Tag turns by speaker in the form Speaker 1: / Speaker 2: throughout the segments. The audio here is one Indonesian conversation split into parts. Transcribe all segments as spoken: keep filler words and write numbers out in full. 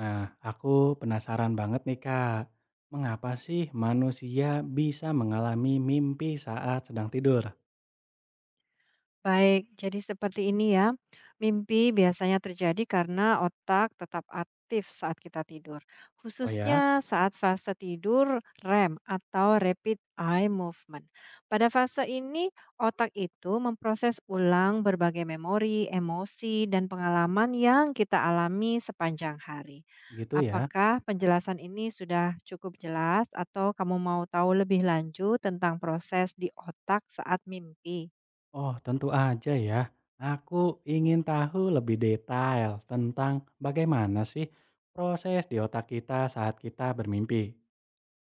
Speaker 1: Nah, aku penasaran banget nih Kak, mengapa sih manusia bisa mengalami mimpi saat sedang tidur?
Speaker 2: Baik, jadi seperti ini ya. Mimpi biasanya terjadi karena otak tetap aktif saat kita tidur,
Speaker 1: Oh ya,
Speaker 2: khususnya saat fase tidur R E M atau rapid eye movement. Pada fase ini, otak itu memproses ulang berbagai memori, emosi, dan pengalaman yang kita alami sepanjang hari.
Speaker 1: gitu ya?
Speaker 2: Apakah penjelasan ini sudah cukup jelas, atau kamu mau tahu lebih lanjut tentang proses di otak saat mimpi?
Speaker 1: Oh, tentu aja ya. Aku ingin tahu lebih detail tentang bagaimana sih proses di otak kita saat kita bermimpi.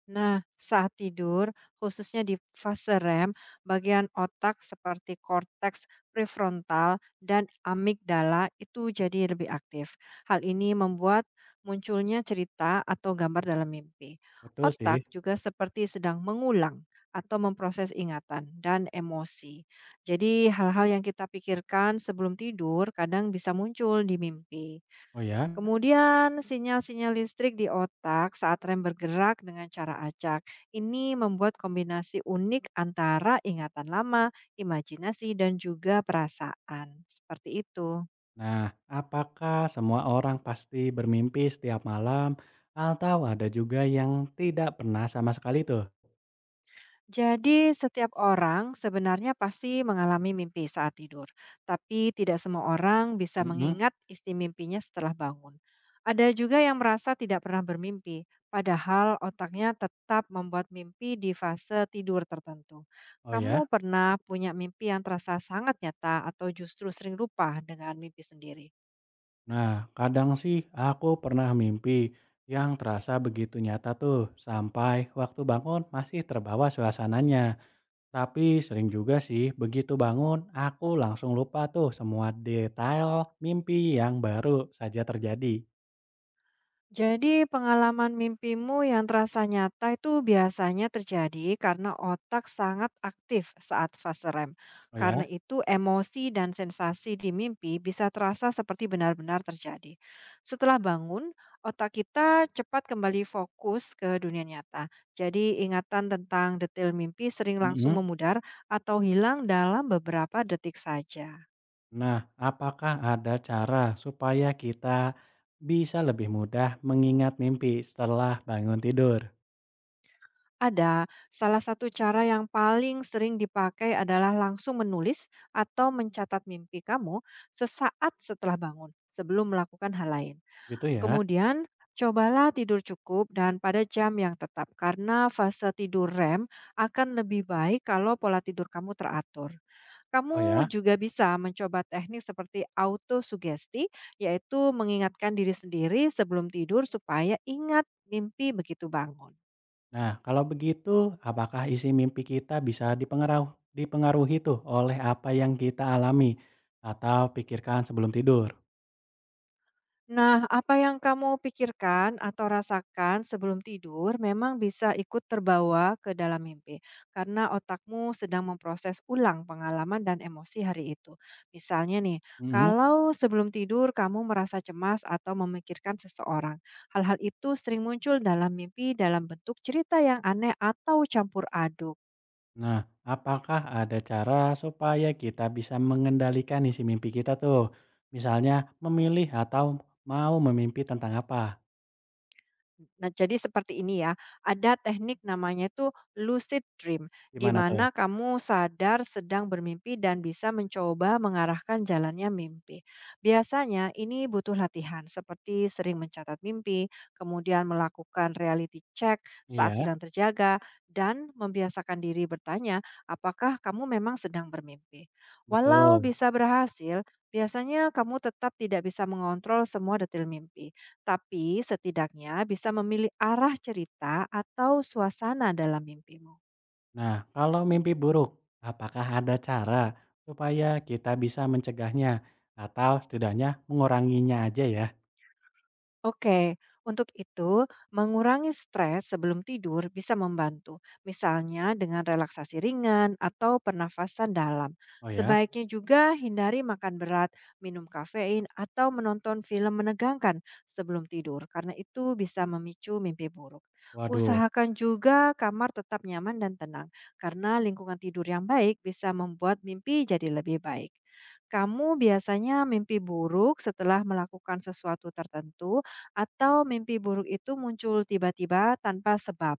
Speaker 2: Nah, saat tidur, khususnya di fase R E M, bagian otak seperti korteks prefrontal dan amigdala itu jadi lebih aktif. Hal ini membuat munculnya cerita atau gambar dalam mimpi.
Speaker 1: Betul sih.
Speaker 2: Otak juga seperti sedang mengulang atau memproses ingatan dan emosi. Jadi, hal-hal yang kita pikirkan sebelum tidur kadang bisa muncul di mimpi.
Speaker 1: Oh ya.
Speaker 2: Kemudian sinyal-sinyal listrik di otak saat rem bergerak dengan cara acak. Ini membuat kombinasi unik antara ingatan lama, imajinasi, dan juga perasaan. Seperti itu.
Speaker 1: Nah, apakah semua orang pasti bermimpi setiap malam atau ada juga yang tidak pernah sama sekali tuh?
Speaker 2: Jadi, setiap orang sebenarnya pasti mengalami mimpi saat tidur, tapi tidak semua orang bisa
Speaker 1: Mm-mm.
Speaker 2: mengingat isi mimpinya setelah bangun. Ada juga yang merasa tidak pernah bermimpi, padahal otaknya tetap membuat mimpi di fase tidur tertentu.
Speaker 1: Oh
Speaker 2: Kamu
Speaker 1: ya.
Speaker 2: pernah punya mimpi yang terasa sangat nyata atau justru sering lupa dengan mimpi sendiri?
Speaker 1: Nah, kadang sih aku pernah mimpi yang terasa begitu nyata tuh, sampai waktu bangun masih terbawa suasananya. Tapi sering juga sih, begitu bangun aku langsung lupa tuh semua detail mimpi yang baru saja terjadi.
Speaker 2: Jadi, pengalaman mimpimu yang terasa nyata itu biasanya terjadi karena otak sangat aktif saat fase R E M.
Speaker 1: Oh ya?
Speaker 2: Karena itu, emosi dan sensasi di mimpi bisa terasa seperti benar-benar terjadi. Setelah bangun, otak kita cepat kembali fokus ke dunia nyata. Jadi, ingatan tentang detail mimpi sering langsung
Speaker 1: Mm-mm.
Speaker 2: memudar atau hilang dalam beberapa detik saja.
Speaker 1: Nah, apakah ada cara supaya kita bisa lebih mudah mengingat mimpi setelah bangun tidur?
Speaker 2: Ada. Salah satu cara yang paling sering dipakai adalah langsung menulis atau mencatat mimpi kamu sesaat setelah bangun, sebelum melakukan hal lain.
Speaker 1: Gitu ya?
Speaker 2: Kemudian, cobalah tidur cukup dan pada jam yang tetap, karena fase tidur R E M akan lebih baik kalau pola tidur kamu teratur.
Speaker 1: Oh
Speaker 2: Kamu
Speaker 1: ya?
Speaker 2: juga bisa mencoba teknik seperti autosugesti, yaitu mengingatkan diri sendiri sebelum tidur supaya ingat mimpi begitu bangun.
Speaker 1: Nah, kalau begitu, apakah isi mimpi kita bisa dipengaruh dipengaruhi tuh oleh apa yang kita alami atau pikirkan sebelum tidur?
Speaker 2: Nah, apa yang kamu pikirkan atau rasakan sebelum tidur memang bisa ikut terbawa ke dalam mimpi, karena otakmu sedang memproses ulang pengalaman dan emosi hari itu. Misalnya nih,
Speaker 1: Mhm.
Speaker 2: kalau sebelum tidur kamu merasa cemas atau memikirkan seseorang, hal-hal itu sering muncul dalam mimpi dalam bentuk cerita yang aneh atau campur aduk.
Speaker 1: Nah, apakah ada cara supaya kita bisa mengendalikan isi mimpi kita tuh? Misalnya memilih atau mau memimpi tentang apa?
Speaker 2: Nah, jadi seperti ini ya. Ada teknik namanya itu lucid dream, di
Speaker 1: Gimana tuh?
Speaker 2: mana kamu sadar sedang bermimpi dan bisa mencoba mengarahkan jalannya mimpi. Biasanya ini butuh latihan seperti sering mencatat mimpi, kemudian melakukan reality check
Speaker 1: Iya,
Speaker 2: saat sedang terjaga dan membiasakan diri bertanya, apakah kamu memang sedang bermimpi? Walau
Speaker 1: betul.
Speaker 2: bisa berhasil, biasanya kamu tetap tidak bisa mengontrol semua detail mimpi. Tapi setidaknya bisa memilih arah cerita atau suasana dalam mimpimu.
Speaker 1: Nah, kalau mimpi buruk, apakah ada cara supaya kita bisa mencegahnya atau setidaknya menguranginya aja ya?
Speaker 2: Oke, untuk itu, mengurangi stres sebelum tidur bisa membantu, misalnya dengan relaksasi ringan atau pernafasan dalam.
Speaker 1: Oh ya?
Speaker 2: Sebaiknya juga hindari makan berat, minum kafein, atau menonton film menegangkan sebelum tidur, karena itu bisa memicu mimpi buruk.
Speaker 1: Waduh,
Speaker 2: Usahakan juga kamar tetap nyaman dan tenang, karena lingkungan tidur yang baik bisa membuat mimpi jadi lebih baik. Kamu biasanya mimpi buruk setelah melakukan sesuatu tertentu atau mimpi buruk itu muncul tiba-tiba tanpa sebab?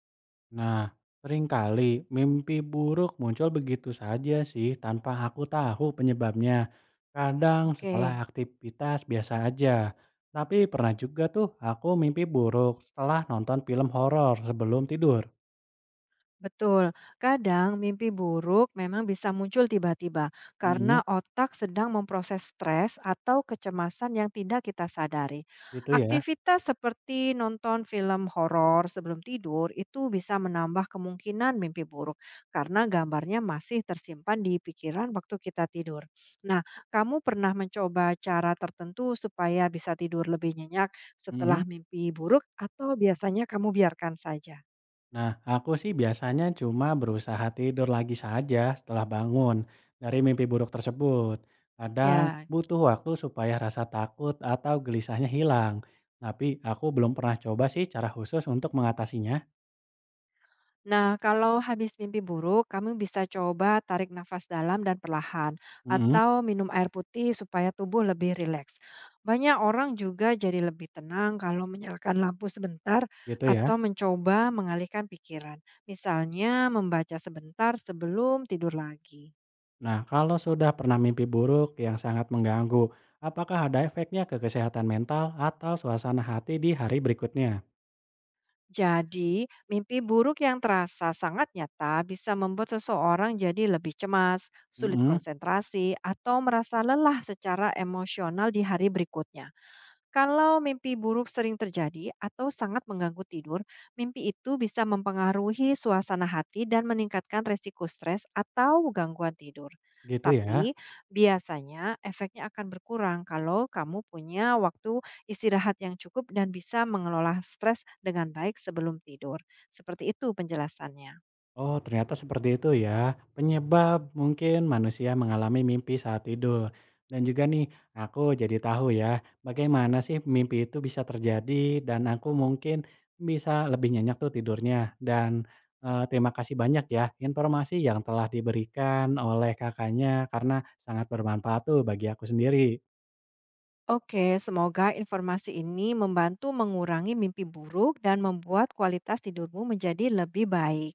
Speaker 1: nah seringkali mimpi buruk muncul begitu saja sih tanpa aku tahu penyebabnya. Kadang
Speaker 2: Oke.
Speaker 1: setelah aktivitas biasa aja. Tapi pernah juga tuh aku mimpi buruk setelah nonton film horor sebelum tidur.
Speaker 2: Betul, kadang mimpi buruk memang bisa muncul tiba-tiba
Speaker 1: Mhm,
Speaker 2: karena otak sedang memproses stres atau kecemasan yang tidak kita sadari.
Speaker 1: gitu ya.
Speaker 2: Aktivitas seperti nonton film horor sebelum tidur itu bisa menambah kemungkinan mimpi buruk karena gambarnya masih tersimpan di pikiran waktu kita tidur. Nah, kamu pernah mencoba cara tertentu supaya bisa tidur lebih nyenyak
Speaker 1: Mhm.
Speaker 2: setelah mimpi buruk atau biasanya kamu biarkan saja?
Speaker 1: Nah, aku sih biasanya cuma berusaha tidur lagi saja setelah bangun dari mimpi buruk tersebut. Kadang
Speaker 2: Ya,
Speaker 1: butuh waktu supaya rasa takut atau gelisahnya hilang. Tapi aku belum pernah coba sih cara khusus untuk mengatasinya.
Speaker 2: nah, kalau habis mimpi buruk, kamu bisa coba tarik nafas dalam dan perlahan,
Speaker 1: Mm-mm,
Speaker 2: atau minum air putih supaya tubuh lebih rileks. Banyak orang juga jadi lebih tenang kalau menyalakan lampu sebentar
Speaker 1: gitu ya.
Speaker 2: atau mencoba mengalihkan pikiran, misalnya membaca sebentar sebelum tidur lagi.
Speaker 1: Nah, kalau sudah pernah mimpi buruk yang sangat mengganggu, apakah ada efeknya ke kesehatan mental atau suasana hati di hari berikutnya?
Speaker 2: Jadi, mimpi buruk yang terasa sangat nyata bisa membuat seseorang jadi lebih cemas, sulit
Speaker 1: Mm-mm,
Speaker 2: konsentrasi, atau merasa lelah secara emosional di hari berikutnya. Kalau mimpi buruk sering terjadi atau sangat mengganggu tidur, mimpi itu bisa mempengaruhi suasana hati dan meningkatkan resiko stres atau gangguan tidur.
Speaker 1: gitu
Speaker 2: Tapi
Speaker 1: ya.
Speaker 2: biasanya efeknya akan berkurang kalau kamu punya waktu istirahat yang cukup dan bisa mengelola stres dengan baik sebelum tidur. Seperti itu penjelasannya.
Speaker 1: Oh, ternyata seperti itu ya, penyebab mungkin manusia mengalami mimpi saat tidur. Dan juga nih, aku jadi tahu ya, bagaimana sih mimpi itu bisa terjadi dan aku mungkin bisa lebih nyenyak tuh tidurnya. Dan eh, terima kasih banyak ya informasi yang telah diberikan oleh kakaknya karena sangat bermanfaat tuh bagi aku sendiri.
Speaker 2: Oke, semoga informasi ini membantu mengurangi mimpi buruk dan membuat kualitas tidurmu menjadi lebih baik.